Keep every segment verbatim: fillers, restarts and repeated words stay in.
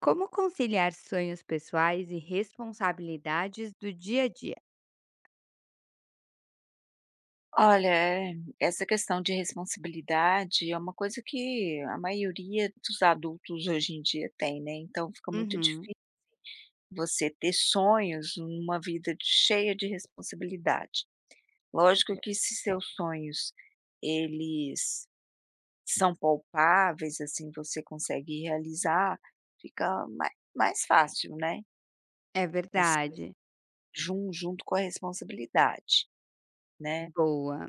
Como conciliar sonhos pessoais e responsabilidades do dia a dia? Olha, é, essa questão de responsabilidade é uma coisa que a maioria dos adultos hoje em dia tem, né, então fica muito Uhum, difícil você ter sonhos numa vida cheia de responsabilidade. Lógico que se seus sonhos, eles são palpáveis, assim, você consegue realizar, fica mai mais fácil, né, é assim, verdade. jun junto com a responsabilidade, né. Boa.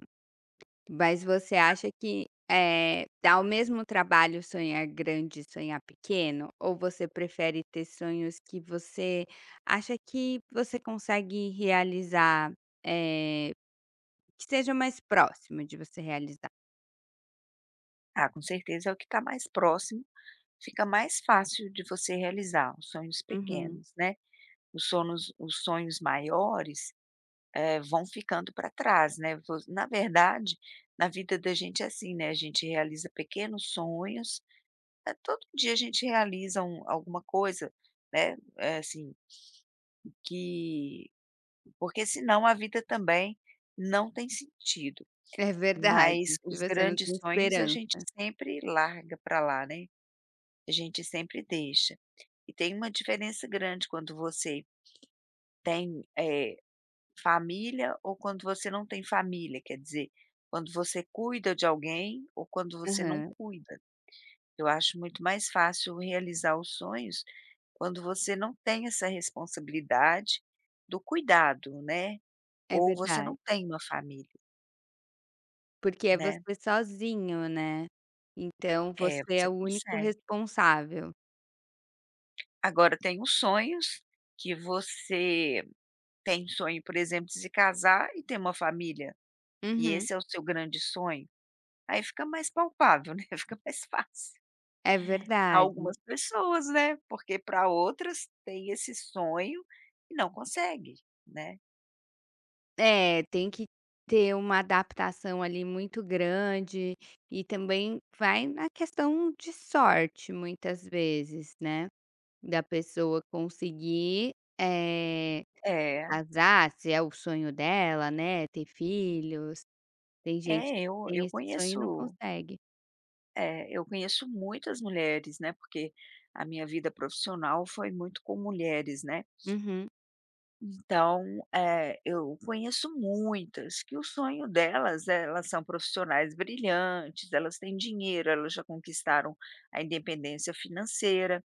Mas você acha que é dá o mesmo trabalho sonhar grande e sonhar pequeno? Ou você prefere ter sonhos que você acha que você consegue realizar, eh, que seja mais próximo de você realizar? Ah, com certeza é o que está mais próximo. Fica mais fácil de você realizar os sonhos Uhum, pequenos, né. Os sonos os sonhos maiores, eh, vão ficando para trás, né. Vo na verdade, na vida da gente é assim, né, a gente realiza pequenos sonhos, eh, todo dia a gente realiza um alguma coisa, né, eh, assim, que porque senão a vida também não tem sentido, é verdade. mas Se os você não grandes tem sonhos a gente esperança. sempre larga para lá, né. A gente sempre deixa. E tem uma diferença grande quando você tem, eh, família ou quando você não tem família, quer dizer, quando você cuida de alguém ou quando você não Aham, cuida. Eu acho muito mais fácil realizar os sonhos quando você não tem essa responsabilidade do cuidado, né, é ou você verdade. não tem uma família, Porque é né. você sozinho, né. Então É, você é você o único consegue. responsável. Agora tem os sonhos que você tem sonho, por exemplo, de se casar e ter uma família. E Uhum. esse é o seu grande sonho? Aí fica mais palpável, né, fica mais fácil É pra verdade. algumas pessoas, né, porque para outras tem esse sonho e não consegue, né. É, tem que ter uma adaptação ali muito grande e também vai na questão de sorte muitas vezes, né, da pessoa conseguir, eh, É, casar, se é o sonho dela, né, ter filhos. Tem gente é, que eu tem eu esse sonho e não conheço consegue. é, eu conheço muitas mulheres, né, porque a minha vida profissional foi muito com mulheres, né. Uhum, Então, eh, eu conheço muitas que o sonho delas eh, elas são profissionais brilhantes, elas têm dinheiro, elas já conquistaram a independência financeira,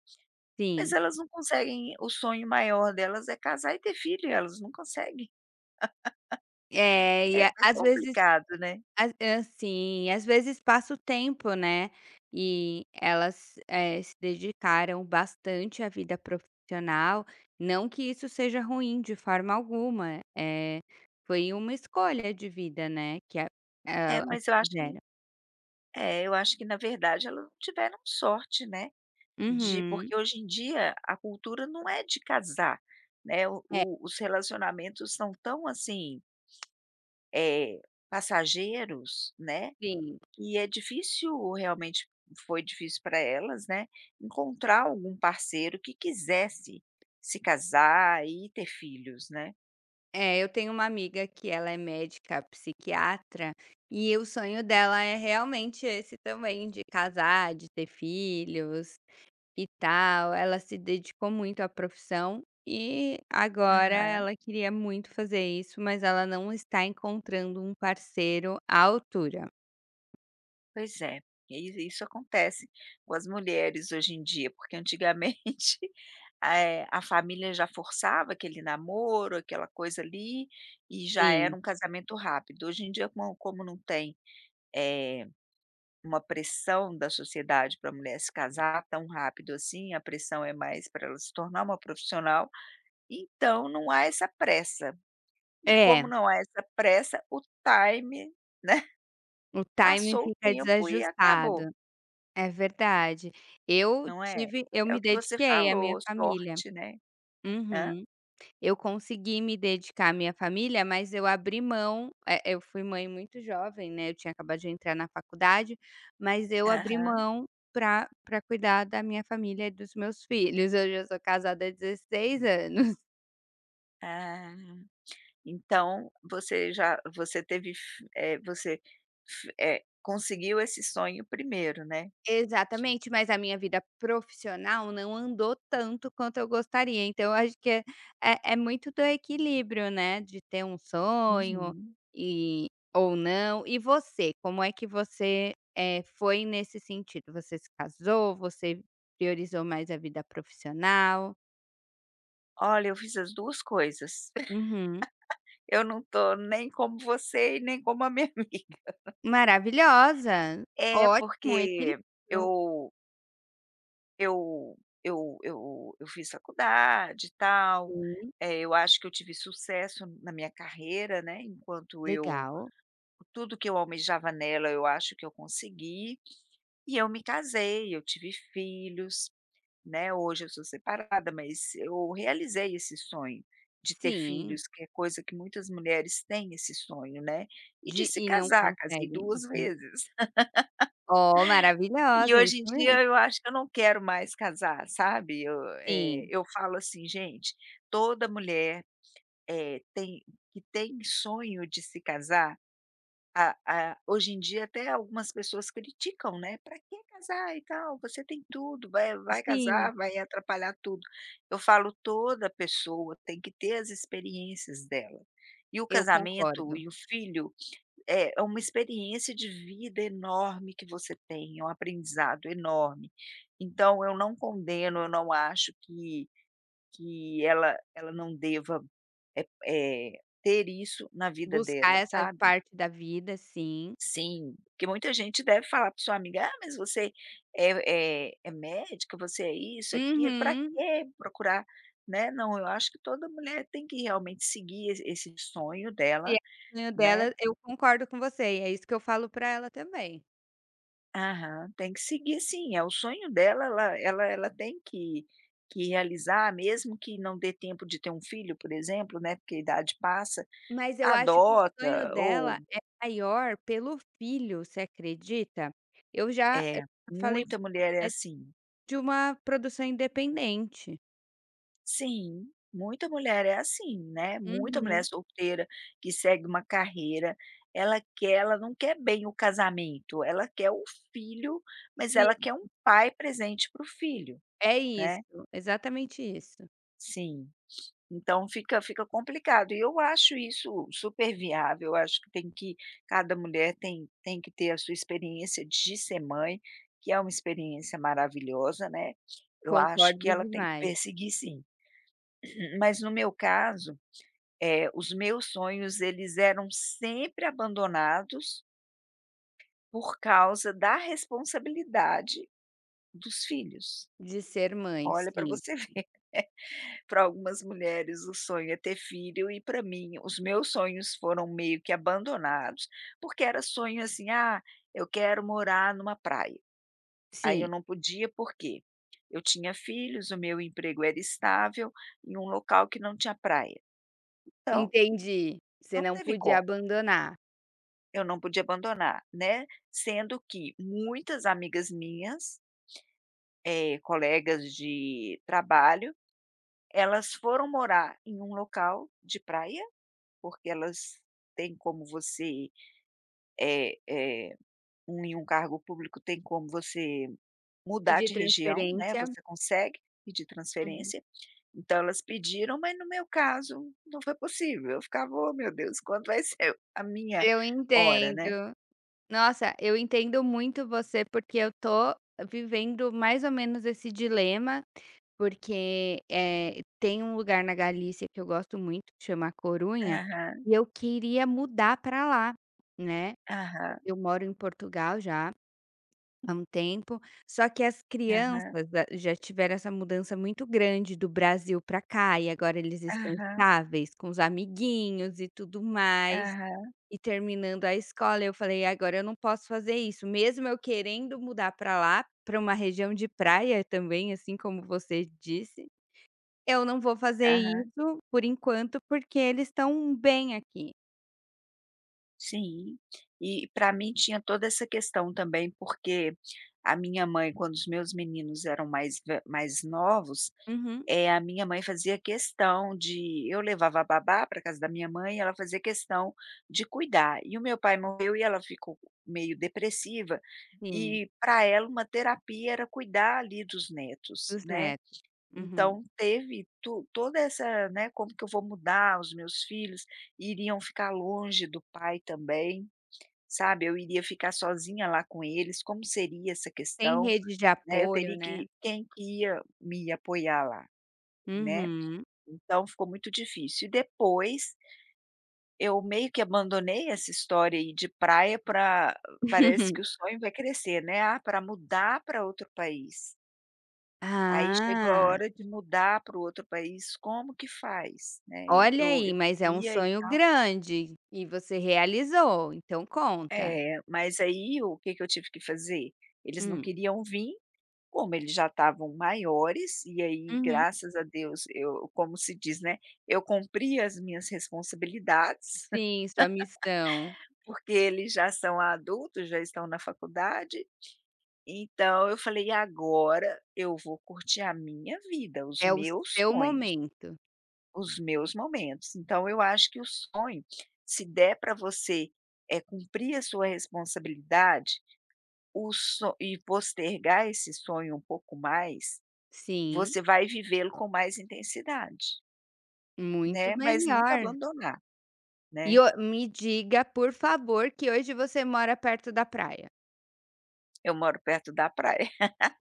mas sim. elas não conseguem o sonho maior delas é casar e ter filho, e elas não conseguem. É, e É, a- é às vezes complicado, né. A assim, às vezes passa o tempo, né, e elas, eh, se dedicaram bastante à vida profissional, não que isso seja ruim de forma alguma, é foi uma escolha de vida, né, que a É, elas mas eu acho fizeram. que é, eu acho que na verdade elas não tiveram sorte, né, de Uhum. porque hoje em dia a cultura não é de casar, né, o É, o os relacionamentos são tão assim eh, passageiros, né, sim. e é difícil realmente foi difícil para elas, né, encontrar algum parceiro que quisesse se casar e ter filhos, né. É, eu tenho uma amiga que ela é médica psiquiatra, e o sonho dela é realmente esse também, de casar, de ter filhos. E tal, ela se dedicou muito à profissão e agora Aham. ela queria muito fazer isso, mas ela não está encontrando um parceiro à altura. Pois é, e isso acontece com as mulheres hoje em dia, porque antigamente, eh, a família já forçava aquele namoro, aquela coisa ali, e já Sim. era um casamento rápido. Hoje em dia, como como não tem eh uma pressão da sociedade para a mulher se casar tão rápido assim, a pressão é mais para ela se tornar uma profissional, então não há essa pressa. E É, como não há essa pressa, o time, né, o timing passou o fica tempo e acabou, desajustado. É verdade. Eu não é? Tive eu É o me que você dediquei à minha falou, família. sorte, né. Hã? Uhum. Eu consegui me dedicar à minha família, mas eu abri mão, eh, eu fui mãe muito jovem, né, eu tinha acabado de entrar na faculdade, mas eu abri Aham. mão para pra cuidar da minha família e dos meus filhos. Hoje eu sou casada há dezesseis anos. Ah, então você já você teve f eh, você f eh, conseguiu esse sonho primeiro, né? Exatamente, mas a minha vida profissional não andou tanto quanto eu gostaria, então eu acho que é é é muito do equilíbrio, né, de ter um sonho Uhum. e ou não. E você, como é que você, eh, foi nesse sentido? Você se casou, você priorizou mais a vida profissional? Olha, eu fiz as duas coisas. Uhum. Eu não tô nem como você e nem como a minha amiga. Maravilhosa! É, Ótimo porque equilíbrio. eu eu eu eu eu fiz faculdade e tal, Sim, eh, eu acho que eu tive sucesso na minha carreira, né, enquanto eu legal. tudo que eu almejava nela, eu acho que eu consegui, e eu me casei, eu tive filhos. Né, hoje eu sou separada, mas eu realizei esse sonho de ter Sim, filhos, que é coisa que muitas mulheres têm esse sonho, né, e de de se e não casar, casei consegue. duas Uhum. vezes. Ó, E maravilhosa, isso hoje em mesmo. dia eu acho que eu não quero mais casar, sabe. Eu, eh, Sim, eu falo assim: "Gente, toda mulher, eh, tem que tem sonho de se casar, a a hoje em dia até algumas pessoas criticam, né: para que casar e tal? Você tem tudo, vai vai sim, casar, vai atrapalhar tudo". Eu falo: "Toda pessoa tem que ter as experiências dela". E o eu casamento concordo. e o filho é é uma experiência de vida enorme que você tem, é um aprendizado enorme. Então eu não condeno, eu não acho que que ela ela não deva, eh eh, ter isso na vida Buscar dela, essa sabe? parte da vida, sim. Sim, porque muita gente deve falar para sua amiga: "Ah, mas você é é é médica, você é isso, é aquilo, para Uhum. quê procurar", né. Não, eu acho que toda mulher tem que realmente seguir esse esse sonho Se dela, é o sonho né. dela, eu concordo com você, e é isso que eu falo pra ela também. Aham, tem que seguir sim, é o sonho dela, ela ela ela tem que que realizar, mesmo que não dê tempo de ter um filho, por exemplo, né, porque a idade passa, Mas eu acho que o sonho adota ou dela é maior pelo filho, você acredita? Eu já eu é, falei, muita mulher é é assim. de uma produção independente. Sim, muita mulher é assim, né, muita mulher Uhum. solteira que segue uma carreira, ela quer ela não quer bem o casamento, ela quer o filho, mas Sim, ela quer um pai presente para o filho, é isso, né, exatamente isso. sim. Então fica fica complicado e eu acho isso super viável, eu acho que tem que cada mulher tem tem que ter a sua experiência de ser mãe, que é uma experiência maravilhosa, né, eu acho que Concordo ela tem que demais, perseguir sim. Mas no meu caso, É, os meus sonhos, eles eram sempre abandonados por causa da responsabilidade dos filhos. de ser mãe, Olha para sim. você ver. Para algumas mulheres o sonho é ter filho e para mim os meus sonhos foram meio que abandonados, porque era sonho assim: "Ah, eu quero morar numa praia". Aí eu Sim, não podia, porque eu tinha filhos, o meu emprego era estável em um local que não tinha praia, então entendi. Você não não teve podia como. abandonar. Eu não podia abandonar, né, sendo que muitas amigas minhas, eh, colegas de trabalho, elas foram morar em um local de praia, porque elas têm como você, eh eh, um em um cargo público tem como você mudar Pedir de região, né, transferência. você consegue pedir Uhum. transferência. Então elas pediram, mas no meu caso não foi possível, eu ficava: "Oh, meu Deus, quando vai ser a minha Eu hora, né?" entendo. Nossa, eu entendo muito você, porque eu tô vivendo mais ou menos esse dilema, porque, eh, tem um lugar na Galícia que eu gosto muito, que chama Corunha, Aham, e eu queria mudar pra lá, né. aham, Eu moro em Portugal já há um tempo, só que as aham. crianças da já tiveram essa mudança muito grande do Brasil para cá e agora eles estão Aham, estáveis com os amiguinhos e tudo mais, aham, e terminando a escola. Eu falei: "Agora eu não posso fazer isso", mesmo eu querendo mudar para lá, para uma região de praia também, assim como você disse, eu não vou fazer aham, isso por enquanto, porque eles estão bem aqui. sim. E para mim tinha toda essa questão também, porque a minha mãe, quando os meus meninos eram mais ve mais novos, Uhum, eh, a minha mãe fazia questão de eu levava a babá para casa da minha mãe, e ela fazia questão de cuidar. E o meu pai morreu e ela ficou meio depressiva, sim, e para ela uma terapia era cuidar ali dos netos, dos né. netos. Uhum. Então teve to toda essa, né, como que eu vou mudar os meus filhos, iriam ficar longe do pai também, sabe, eu iria ficar sozinha lá com eles, como seria essa Tem questão, rede de né, eu apoio, teria né. que quem que ia me apoiar lá, né, Uhum. então ficou muito difícil. E depois eu meio que abandonei essa história aí de praia, para parece que o sonho vai crescer, né, ah, para mudar para outro país. Aí chegou a Ah, hora de mudar para o outro país, como que faz, né, olha eu aí, eu mas é um queria e sonho tal, grande e você realizou, então conta. é, mas aí o que que eu tive que fazer? Eles não Hum, queriam vir, como eles já estavam maiores, e aí uhum. graças a Deus eu como se diz, né, eu cumpri as minhas responsabilidades, Sim, sua missão. porque eles já são adultos, já estão na faculdade, então eu falei: "Agora eu vou curtir a minha vida, os É o meus seu sonhos". momento. Os meus momentos. Então eu acho que o sonho, se der para você, é cumprir a sua responsabilidade, o so e postergar esse sonho um pouco mais, Sim, você vai vivê-lo com mais intensidade, muito né, mas nunca melhor. abandonar, E né. o Me diga, por favor, que hoje você mora perto da praia. Eu moro perto da praia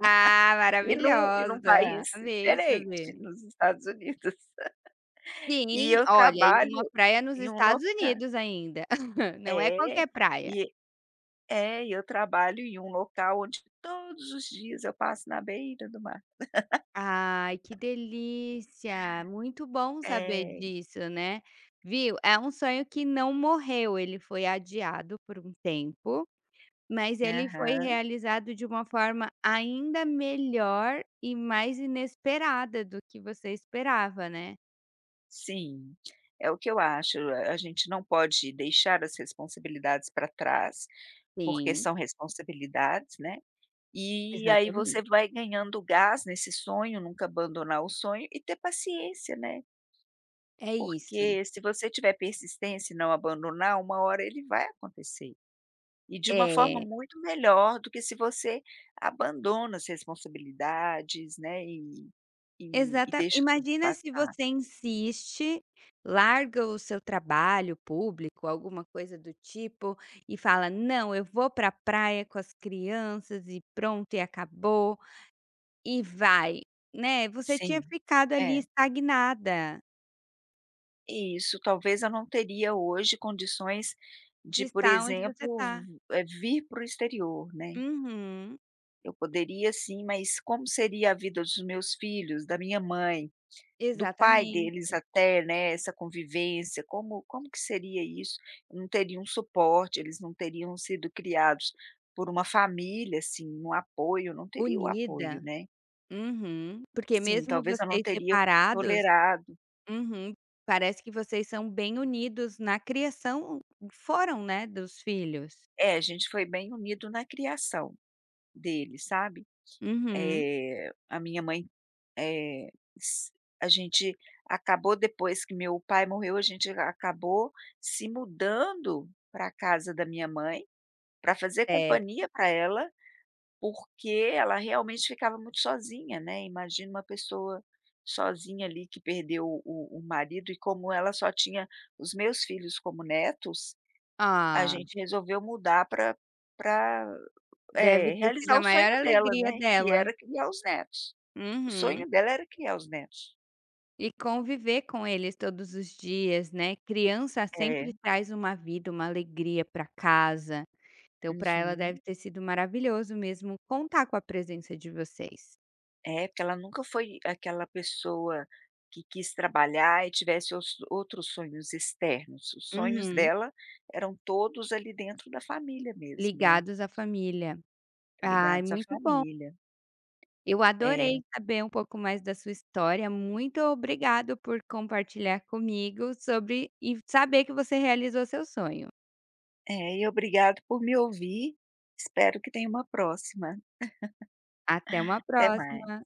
Ah, e num e num maravilhosa! país Amei diferente, saber. nos Estados Unidos. E Sim, eu olha, e uma trabalho praia nos em um Estados local Unidos ainda, não é é, qualquer praia. e É, e eu trabalho em um local onde todos os dias eu passo na beira do mar. Ai, que delícia! Muito bom saber É, disso, né. Viu, é um sonho que não morreu, ele foi adiado por um tempo, mas ele foi aham, realizado de uma forma ainda melhor e mais inesperada do que você esperava, né. sim. É o que eu acho, a a gente não pode deixar as responsabilidades para trás, porque Sim, são responsabilidades, né, e aí você exatamente. vai ganhando gás nesse sonho, nunca abandonar o sonho e ter paciência, né, É isso. porque se você tiver persistência e não abandonar, uma hora ele vai acontecer. E de uma forma É. muito melhor do que se você abandona as responsabilidades, né, e e e Exata deixa tudo Imagina se passar. você insiste, larga o seu trabalho público, alguma coisa do tipo, e fala: "Não, eu vou para a praia com as crianças e pronto e acabou", e vai, né. Você tinha Sim. ficado ali É, estagnada, isso. Talvez eu não teria hoje condições de de, por estar onde você exemplo, está. v eh, vir para o exterior, né. Uhum, Eu poderia sim, mas como seria a vida dos meus filhos, da minha mãe? Do pai exatamente. deles até, né, essa convivência, como como que seria isso? Não teria um suporte, eles não teriam sido criados por uma família, assim, um apoio, não teria o apoio, Unida. né. Uhum. Porque Sim, mesmo talvez eu não vocês teria separados. tolerado. Uhum. Parece que vocês são bem unidos na criação, foram, né, dos filhos. É, a gente foi bem unido na criação dele, sabe. Uhum. Eh, a minha mãe, eh, s a gente acabou depois que meu pai morreu, a gente a- acabou se mudando para a casa da minha mãe para fazer Certo. companhia para ela, porque ela realmente ficava muito sozinha, né, imagina uma pessoa sozinha ali que perdeu o o marido e como ela só tinha os meus filhos como netos, a Ah, gente resolveu mudar para para deve ter sido realizar a o sonho maior dela, alegria né, que dela. era criar os netos. O Uhum. sonho dela era criar os netos. E conviver com eles todos os dias, né. Criança É, sempre traz uma vida, uma alegria para casa, então para ela deve uhum. ter sido maravilhoso mesmo contar com a presença de vocês. É, porque ela nunca foi aquela pessoa que quis trabalhar e tivesse os outros sonhos externos. Os sonhos Uhum. dela eram todos ali dentro da família mesmo, né, Ligados à família. Ai, ligados à muito bom. família. Eu É, adorei saber um pouco mais da sua história. Muito obrigado por compartilhar comigo sobre e saber que você realizou seu sonho. é, e obrigado por me ouvir, espero que tenha uma próxima. Até uma Até mais. próxima.